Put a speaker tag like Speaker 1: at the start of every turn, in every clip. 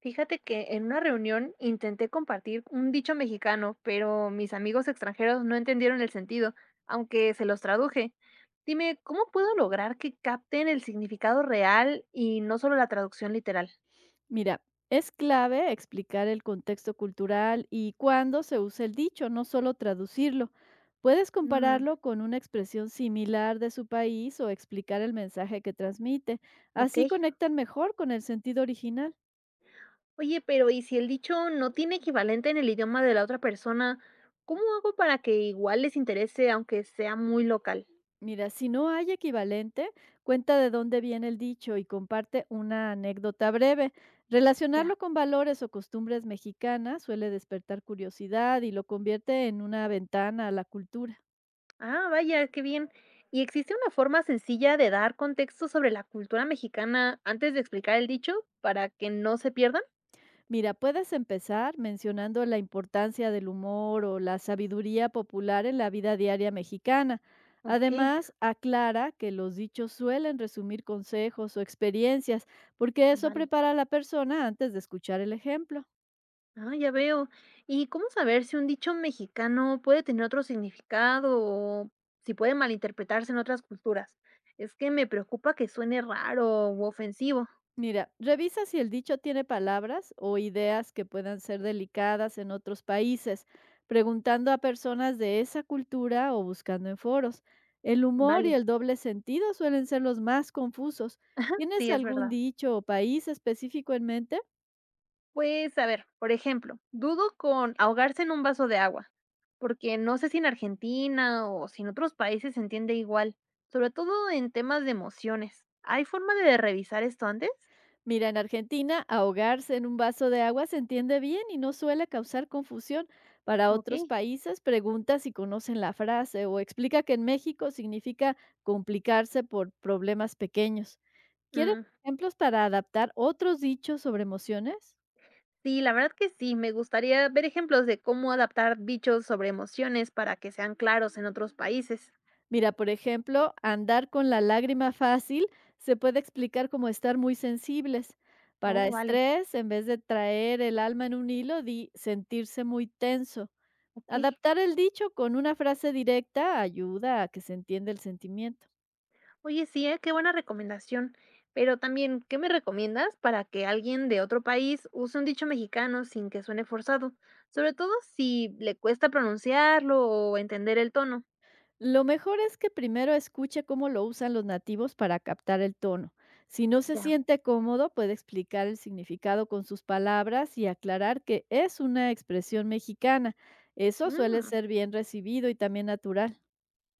Speaker 1: Fíjate que en una reunión intenté compartir un dicho mexicano, pero mis amigos extranjeros no entendieron el sentido, aunque se los traduje. Dime, ¿cómo puedo lograr que capten el significado real y no solo la traducción literal?
Speaker 2: Mira, es clave explicar el contexto cultural y cuándo se usa el dicho, no solo traducirlo. Puedes
Speaker 1: Mm,
Speaker 2: compararlo con una expresión similar de su país o explicar el mensaje que transmite.
Speaker 1: ok.
Speaker 2: Así conectan mejor con el sentido original.
Speaker 1: Oye, pero ¿y si el dicho no tiene equivalente en el idioma de la otra persona? ¿Cómo hago para que igual les interese, aunque sea muy local?
Speaker 2: Mira, si no hay equivalente, cuenta de dónde viene el dicho y comparte una anécdota breve.
Speaker 1: Ya.
Speaker 2: Relacionarlo con valores o costumbres mexicanas suele despertar curiosidad y lo convierte en una ventana a la cultura.
Speaker 1: Ah, vaya, qué bien. ¿Y existe una forma sencilla de dar contexto sobre la cultura mexicana antes de explicar el dicho para que no se pierdan?
Speaker 2: Mira, puedes empezar mencionando la importancia del humor o la sabiduría popular en la vida diaria mexicana.
Speaker 1: Ok,
Speaker 2: Además, aclara que los dichos suelen resumir consejos o experiencias, porque eso
Speaker 1: vale.
Speaker 2: prepara a la persona antes de escuchar el ejemplo.
Speaker 1: Ah, ya veo. ¿Y cómo saber si un dicho mexicano puede tener otro significado o si puede malinterpretarse en otras culturas? Es que me preocupa que suene raro u ofensivo.
Speaker 2: Mira, revisa si el dicho tiene palabras o ideas que puedan ser delicadas en otros países, preguntando a personas de esa cultura o buscando en foros. El humor y
Speaker 1: Vale,
Speaker 2: el doble sentido suelen ser los más confusos. ¿Tienes
Speaker 1: sí, es
Speaker 2: algún
Speaker 1: verdad.
Speaker 2: dicho o país específico en mente?
Speaker 1: Pues, a ver, por ejemplo, dudo con ahogarse en un vaso de agua, porque no sé si en Argentina o si en otros países se entiende igual, sobre todo en temas de emociones. ¿Hay forma de revisar esto antes?
Speaker 2: Mira, en Argentina, ahogarse en un vaso de agua se entiende bien y no suele causar confusión. Para
Speaker 1: Ok.
Speaker 2: otros países, pregunta si conocen la frase o explica que en México significa complicarse por problemas pequeños. ¿Quieres
Speaker 1: Mm,
Speaker 2: ejemplos para adaptar otros dichos sobre emociones?
Speaker 1: Sí, la verdad que sí, me gustaría ver ejemplos de cómo adaptar dichos sobre emociones para que sean claros en otros países.
Speaker 2: Mira, por ejemplo, andar con la lágrima fácil se puede explicar como estar muy sensibles. Para
Speaker 1: Oh, vale,
Speaker 2: estrés, en vez de traer el alma en un hilo, di sentirse muy tenso.
Speaker 1: ok.
Speaker 2: Adaptar el dicho con una frase directa ayuda a que se entienda el sentimiento.
Speaker 1: Oye, sí, ¿eh? Qué buena recomendación. Pero también, ¿qué me recomiendas para que alguien de otro país use un dicho mexicano sin que suene forzado? Sobre todo si le cuesta pronunciarlo o entender el tono.
Speaker 2: Lo mejor es que primero escuche cómo lo usan los nativos para captar el tono. Si no se
Speaker 1: Ya.
Speaker 2: siente cómodo, puede explicar el significado con sus palabras y aclarar que es una expresión mexicana. Eso suele
Speaker 1: Mm,
Speaker 2: ser bien recibido y también natural.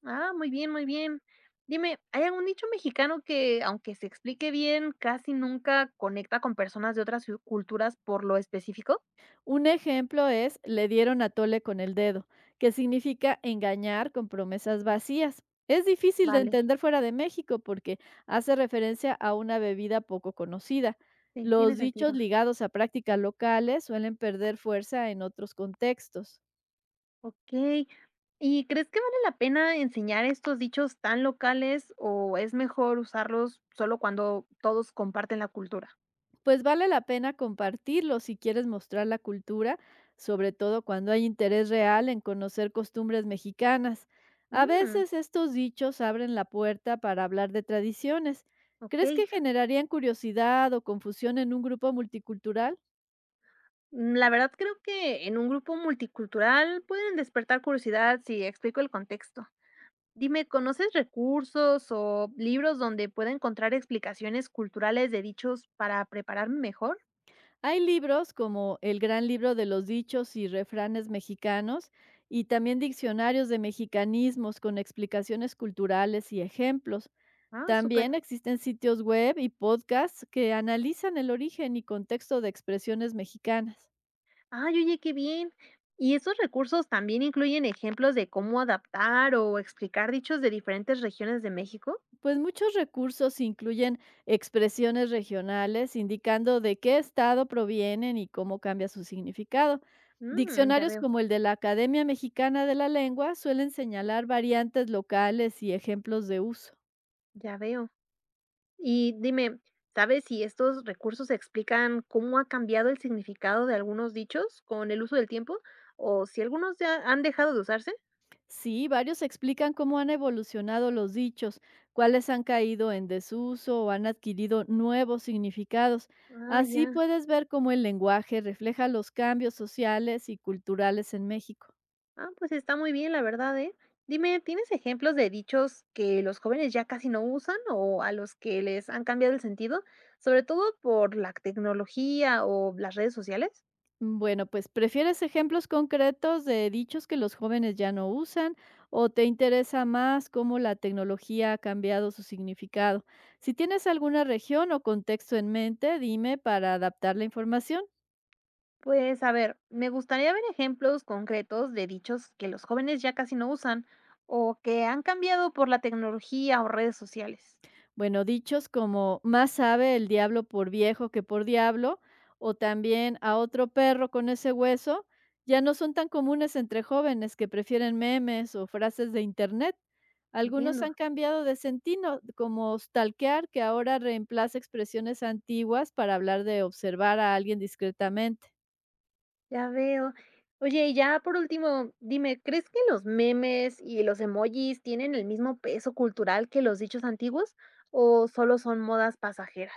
Speaker 1: Ah, muy bien, muy bien. Dime, ¿hay algún dicho mexicano que, aunque se explique bien, casi nunca conecta con personas de otras culturas por lo específico?
Speaker 2: Un ejemplo es le dieron a Tole con el dedo, que significa engañar con promesas vacías. Es difícil de
Speaker 1: Vale,
Speaker 2: entender fuera de México porque hace referencia a una bebida poco conocida.
Speaker 1: sí, tiene
Speaker 2: Los dichos
Speaker 1: sentido.
Speaker 2: ligados a prácticas locales suelen perder fuerza en otros contextos.
Speaker 1: Okey. ¿Y crees que vale la pena enseñar estos dichos tan locales o es mejor usarlos solo cuando todos comparten la cultura?
Speaker 2: Pues vale la pena compartirlo si quieres mostrar la cultura, sobre todo cuando hay interés real en conocer costumbres mexicanas. A
Speaker 1: Mm,
Speaker 2: veces estos dichos abren la puerta para hablar de tradiciones. ¿Crees
Speaker 1: okey.
Speaker 2: que generarían curiosidad o confusión en un grupo multicultural?
Speaker 1: Mm, la verdad creo que en un grupo multicultural pueden despertar curiosidad si explico el contexto. Dime, ¿conoces recursos o libros donde pueda encontrar explicaciones culturales de dichos para prepararme mejor?
Speaker 2: Hay libros como El Gran Libro de los Dichos y Refranes Mexicanos y también diccionarios de mexicanismos con explicaciones culturales y ejemplos.
Speaker 1: Ah, súper.
Speaker 2: También existen sitios web y podcasts que analizan el origen y contexto de expresiones mexicanas.
Speaker 1: Ay, oye, qué bien. ¿Y esos recursos también incluyen ejemplos de cómo adaptar o explicar dichos de diferentes regiones de México?
Speaker 2: Pues muchos recursos incluyen expresiones regionales indicando de qué estado provienen y cómo cambia su significado.
Speaker 1: Mm, ya
Speaker 2: Diccionarios
Speaker 1: veo,
Speaker 2: como el de la Academia Mexicana de la Lengua suelen señalar variantes locales y ejemplos de uso.
Speaker 1: ya veo. Y dime, ¿sabes si estos recursos explican cómo ha cambiado el significado de algunos dichos con el uso del tiempo o si algunos ya han dejado de usarse?
Speaker 2: Sí, varios explican cómo han evolucionado los dichos, cuáles han caído en desuso o han adquirido nuevos significados.
Speaker 1: Ah,
Speaker 2: Así
Speaker 1: ya.
Speaker 2: puedes ver cómo el lenguaje refleja los cambios sociales y culturales en México.
Speaker 1: Ah, pues está muy bien, la verdad, ¿eh? Dime, ¿tienes ejemplos de dichos que los jóvenes ya casi no usan o a los que les han cambiado el sentido, sobre todo por la tecnología o las redes sociales?
Speaker 2: Bueno, pues ¿prefieres ejemplos concretos de dichos que los jóvenes ya no usan o te interesa más cómo la tecnología ha cambiado su significado? Si tienes alguna región o contexto en mente, dime para adaptar la información.
Speaker 1: Pues a ver, me gustaría ver ejemplos concretos de dichos que los jóvenes ya casi no usan o que han cambiado por la tecnología o redes sociales.
Speaker 2: Bueno, dichos como más sabe el diablo por viejo que por diablo, o también a otro perro con ese hueso, ya no son tan comunes entre jóvenes que prefieren memes o frases de internet. Algunos
Speaker 1: Entiendo.
Speaker 2: han cambiado de sentido, como stalkear, que ahora reemplaza expresiones antiguas para hablar de observar a alguien discretamente.
Speaker 1: Ya veo. Oye, y ya por último, dime, ¿crees que los memes y los emojis tienen el mismo peso cultural que los dichos antiguos o solo son modas pasajeras?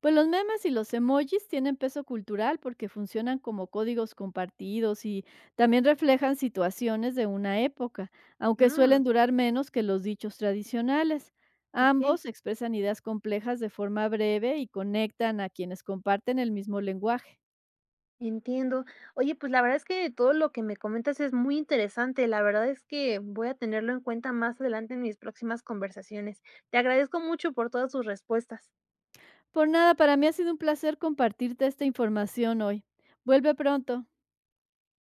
Speaker 2: Pues los memes y los emojis tienen peso cultural porque funcionan como códigos compartidos y también reflejan situaciones de una época, aunque
Speaker 1: Mm,
Speaker 2: suelen durar menos que los dichos tradicionales.
Speaker 1: ok,
Speaker 2: Ambos expresan ideas complejas de forma breve y conectan a quienes comparten el mismo lenguaje.
Speaker 1: entiendo. Oye, pues la verdad es que todo lo que me comentas es muy interesante. La verdad es que voy a tenerlo en cuenta más adelante en mis próximas conversaciones. Te agradezco mucho por todas tus respuestas.
Speaker 2: Por nada, para mí ha sido un placer compartirte esta información hoy. Vuelve pronto.